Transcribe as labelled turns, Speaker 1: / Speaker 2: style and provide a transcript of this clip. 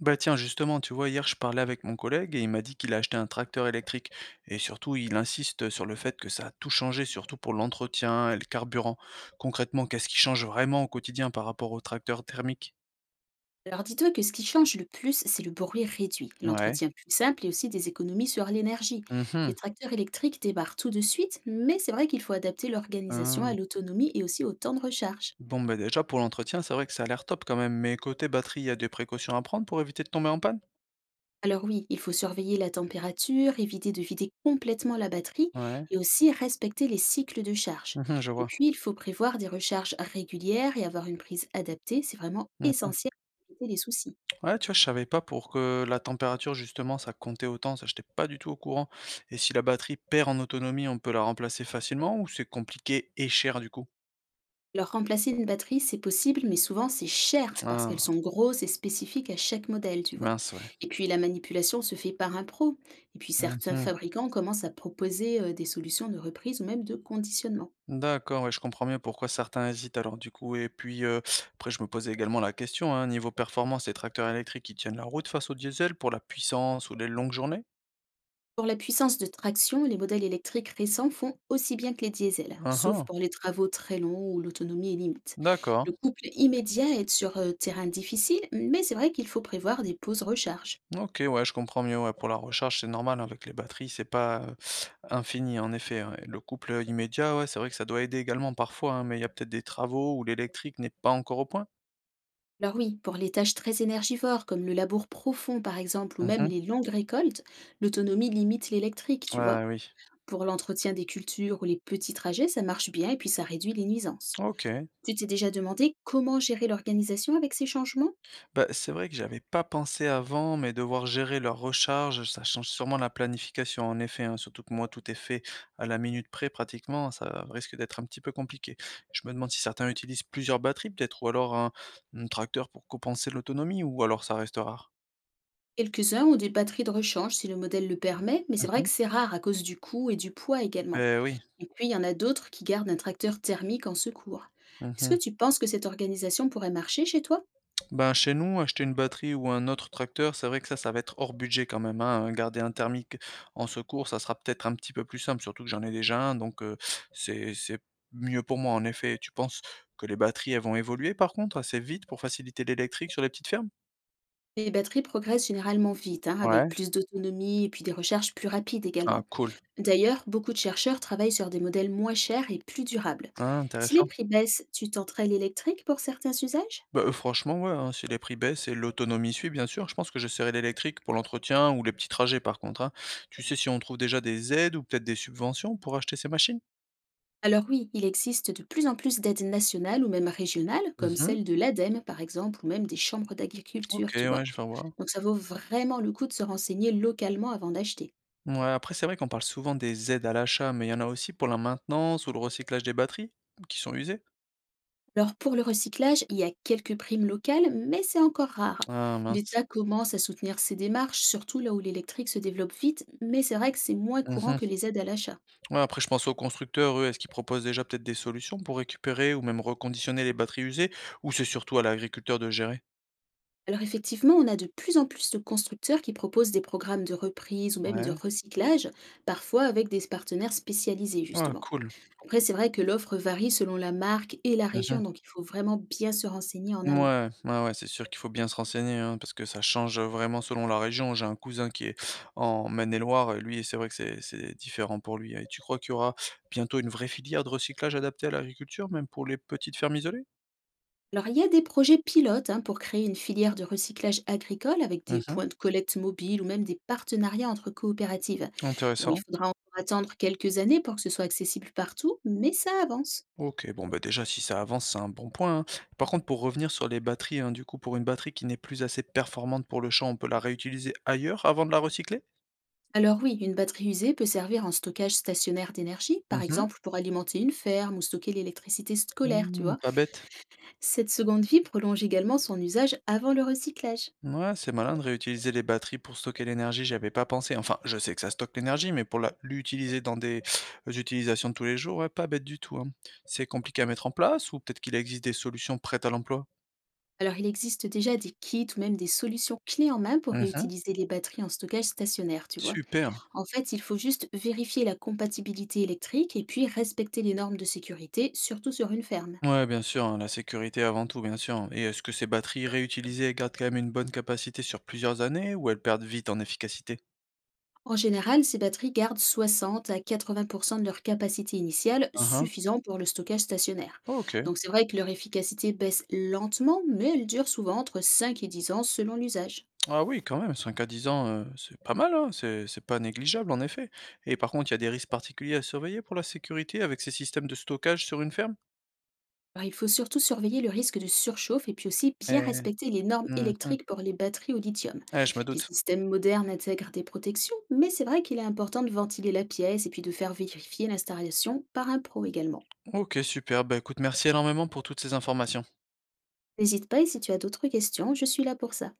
Speaker 1: Bah tiens, justement, tu vois, hier, je parlais avec mon collègue et il m'a dit qu'il a acheté un tracteur électrique. Et surtout, il insiste sur le fait que ça a tout changé, surtout pour l'entretien et le carburant. Concrètement, qu'est-ce qui change vraiment au quotidien par rapport au tracteur thermique?
Speaker 2: Alors dis-toi que ce qui change le plus, c'est le bruit réduit,
Speaker 1: Ouais.
Speaker 2: l'entretien plus simple et aussi des économies sur l'énergie. Les
Speaker 1: Mhm.
Speaker 2: tracteurs électriques débarrent tout de suite, mais c'est vrai qu'il faut adapter l'organisation à
Speaker 1: Hein.
Speaker 2: l'autonomie et aussi au temps de recharge.
Speaker 1: Bon, bah déjà, pour l'entretien, c'est vrai que ça a l'air top quand même. Mais côté batterie, il y a des précautions à prendre pour éviter de tomber en panne?
Speaker 2: Alors oui, il faut surveiller la température, éviter de vider complètement la batterie
Speaker 1: Ouais.
Speaker 2: et aussi respecter les cycles de charge.
Speaker 1: Mhm, je
Speaker 2: Et puis, il faut prévoir des recharges régulières et avoir une prise adaptée, c'est vraiment
Speaker 1: vois.
Speaker 2: essentiel pour éviter les soucis.
Speaker 1: Ouais, tu vois, je savais pas pour que la température, justement, ça comptait autant, ça, j'étais pas du tout au courant. Et si la batterie perd en autonomie, on peut la remplacer facilement ou c'est compliqué et cher du coup?
Speaker 2: Alors remplacer une batterie, c'est possible, mais souvent c'est cher parce qu'elles sont
Speaker 1: Ah,
Speaker 2: grosses et spécifiques à chaque modèle, tu vois.
Speaker 1: mince, ouais.
Speaker 2: Et puis la manipulation se fait par un pro. Et puis certains
Speaker 1: Mhm.
Speaker 2: fabricants commencent à proposer des solutions de reprise ou même de conditionnement.
Speaker 1: D'accord, ouais, je comprends mieux pourquoi certains hésitent alors du coup. Et puis après, je me posais également la question, hein, niveau performance, les tracteurs électriques, ils tiennent la route face au diesel pour la puissance ou les longues journées?
Speaker 2: Pour la puissance de traction, les modèles électriques récents font aussi bien que les diesels, sauf
Speaker 1: Mhm.
Speaker 2: pour les travaux très longs où l'autonomie est limite.
Speaker 1: D'accord.
Speaker 2: Le couple immédiat est sur terrain difficile, mais c'est vrai qu'il faut prévoir des pauses recharge.
Speaker 1: OK, ouais, je comprends mieux, ouais, pour la recharge, c'est normal, hein, avec les batteries, c'est pas infini, en effet, hein, et le couple immédiat, ouais, c'est vrai que ça doit aider également parfois, hein, mais il y a peut-être des travaux où l'électrique n'est pas encore au point?
Speaker 2: Alors oui, pour les tâches très énergivores comme le labour profond par exemple ou même
Speaker 1: Mhm.
Speaker 2: les longues récoltes, l'autonomie limite l'électrique, tu vois.
Speaker 1: Ah oui.
Speaker 2: Pour l'entretien des cultures ou les petits trajets, ça marche bien et puis ça réduit les nuisances.
Speaker 1: OK.
Speaker 2: Tu t'es déjà demandé comment gérer l'organisation avec ces changements?
Speaker 1: Bah, c'est vrai que j'avais pas pensé avant, mais devoir gérer leur recharge, ça change sûrement la planification, en effet, hein, surtout que moi, tout est fait à la minute près pratiquement, ça risque d'être un petit peu compliqué. Je me demande si certains utilisent plusieurs batteries peut-être ou alors un, mmh, tracteur pour compenser l'autonomie ou alors ça reste rare?
Speaker 2: Quelques-uns ont des batteries de rechange si le modèle le permet, mais c'est
Speaker 1: Mmh
Speaker 2: vrai que
Speaker 1: mh.
Speaker 2: c'est rare à cause du coût et du poids également.
Speaker 1: Oui.
Speaker 2: Et puis il y en a d'autres qui gardent un tracteur thermique en secours. Est-ce
Speaker 1: Mmh.
Speaker 2: que tu penses que cette organisation pourrait marcher chez toi?
Speaker 1: Ben, chez nous, acheter une batterie ou un autre tracteur, c'est vrai que ça va être hors budget quand même, hein. Garder un thermique en secours, ça sera peut-être un petit peu plus simple, surtout que j'en ai déjà un, donc c'est mieux pour moi, en effet. Tu penses que les batteries, elles vont évoluer par contre assez vite pour faciliter l'électrique sur les petites fermes?
Speaker 2: Les batteries progressent généralement vite, hein, avec
Speaker 1: Ouais.
Speaker 2: plus d'autonomie et puis des recherches plus rapides
Speaker 1: Ah
Speaker 2: également.
Speaker 1: cool.
Speaker 2: D'ailleurs, beaucoup de chercheurs travaillent sur des modèles moins chers et plus durables.
Speaker 1: Ah
Speaker 2: Si les
Speaker 1: intéressant.
Speaker 2: prix baissent, tu tenterais l'électrique pour certains usages?
Speaker 1: Bah, franchement, ouais, hein, si les prix baissent et l'autonomie suit, bien sûr, je pense que j'essaierai l'électrique pour l'entretien ou les petits trajets par contre, hein. Tu sais si on trouve déjà des aides ou peut-être des subventions pour acheter ces machines?
Speaker 2: Alors oui, il existe de plus en plus d'aides nationales ou même régionales, comme
Speaker 1: Mmh.
Speaker 2: celle de l'ADEME par exemple, ou même des chambres
Speaker 1: OK,
Speaker 2: d'agriculture, tu vois.
Speaker 1: ouais, je vais voir.
Speaker 2: Donc ça vaut vraiment le coup de se renseigner localement avant d'acheter.
Speaker 1: Mouais, après, c'est vrai qu'on parle souvent des aides à l'achat, mais il y en a aussi pour la maintenance ou le recyclage des batteries qui sont usées?
Speaker 2: Alors pour le recyclage, il y a quelques primes locales, mais c'est encore rare.
Speaker 1: Ah mince.
Speaker 2: L'État commence à soutenir ces démarches, surtout là où l'électrique se développe vite, mais c'est vrai que c'est moins courant
Speaker 1: Mmh.
Speaker 2: que les aides à l'achat.
Speaker 1: Ouais, après, je pense aux constructeurs, eux, est-ce qu'ils proposent déjà peut-être des solutions pour récupérer ou même reconditionner les batteries usées? Ou c'est surtout à l'agriculteur de gérer?
Speaker 2: Alors effectivement, on a de plus en plus de constructeurs qui proposent des programmes de reprise ou même de
Speaker 1: Ouais.
Speaker 2: recyclage, parfois avec des partenaires spécialisés
Speaker 1: Ah
Speaker 2: justement.
Speaker 1: cool.
Speaker 2: Après, c'est vrai que l'offre varie selon la marque et la région,
Speaker 1: Mmh.
Speaker 2: donc il faut vraiment bien se renseigner en amont.
Speaker 1: Mouais, ouais, ouais, c'est sûr qu'il faut bien se renseigner, hein, parce que ça change, vraiment selon la région. J'ai un cousin qui est en Maine-et-Loire et lui, c'est vrai que c'est différent pour lui, hein. Et tu crois qu'il y aura bientôt une vraie filière de recyclage adaptée à l'agriculture, même pour les petites fermes isolées?
Speaker 2: Alors, il y a des projets pilotes hein, pour créer une filière de recyclage agricole avec des
Speaker 1: Mmh.
Speaker 2: points de collecte mobiles ou même des partenariats entre coopératives. Bon, il
Speaker 1: Intéressant.
Speaker 2: faudra encore attendre quelques années pour que ce soit accessible partout, mais ça avance.
Speaker 1: OK, bon, bah, déjà, si ça avance, c'est un bon point, hein. Par contre, pour revenir sur les batteries, hein, du coup, pour une batterie qui n'est plus assez performante pour le champ, on peut la réutiliser ailleurs avant de la recycler?
Speaker 2: Alors oui, une batterie usée peut servir en stockage stationnaire d'énergie, par
Speaker 1: Mmh mh.
Speaker 2: exemple pour alimenter une ferme ou stocker l'électricité scolaire, tu
Speaker 1: Mmh,
Speaker 2: vois.
Speaker 1: pas bête.
Speaker 2: Cette seconde vie prolonge également son usage avant le recyclage.
Speaker 1: Ouais, c'est malin de réutiliser les batteries pour stocker l'énergie, j'avais pas pensé. Enfin, je sais que ça stocke l'énergie, mais pour l'utiliser dans des utilisations de tous les jours, ouais, pas bête du tout, hein. C'est compliqué à mettre en place ou peut-être qu'il existe des solutions prêtes à l'emploi?
Speaker 2: Alors il existe déjà des kits ou même des solutions clés en main pour
Speaker 1: Mhm.
Speaker 2: réutiliser les batteries en stockage stationnaire, tu vois.
Speaker 1: Super.
Speaker 2: En fait, il faut juste vérifier la compatibilité électrique et puis respecter les normes de sécurité, surtout sur une ferme.
Speaker 1: Ouais, bien sûr, hein, la sécurité avant tout, bien sûr. Et est-ce que ces batteries réutilisées gardent quand même une bonne capacité sur plusieurs années ou elles perdent vite en efficacité?
Speaker 2: En général, ces batteries gardent 60 à 80% de leur capacité initiale,
Speaker 1: Mhm.
Speaker 2: suffisant pour le stockage stationnaire.
Speaker 1: Ok.
Speaker 2: Donc c'est vrai que leur efficacité baisse lentement, mais elle dure souvent entre 5 et 10 ans selon l'usage.
Speaker 1: Ah oui, quand même, 5 à 10 ans, c'est pas mal, hein, c'est pas négligeable en effet et par contre, il y a des risques particuliers à surveiller pour la sécurité avec ces systèmes de stockage sur une ferme?
Speaker 2: Alors, il faut surtout surveiller le risque de surchauffe et puis aussi bien
Speaker 1: Eh.
Speaker 2: respecter les normes
Speaker 1: Mmh.
Speaker 2: électriques pour les batteries au lithium.
Speaker 1: Eh, je me
Speaker 2: Les
Speaker 1: doute.
Speaker 2: systèmes modernes intègrent des protections, mais c'est vrai qu'il est important de ventiler la pièce et puis de faire vérifier l'installation par un pro également.
Speaker 1: OK, super, bah, écoute, merci énormément pour toutes ces informations.
Speaker 2: N'hésite pas et si tu as d'autres questions, je suis là pour ça.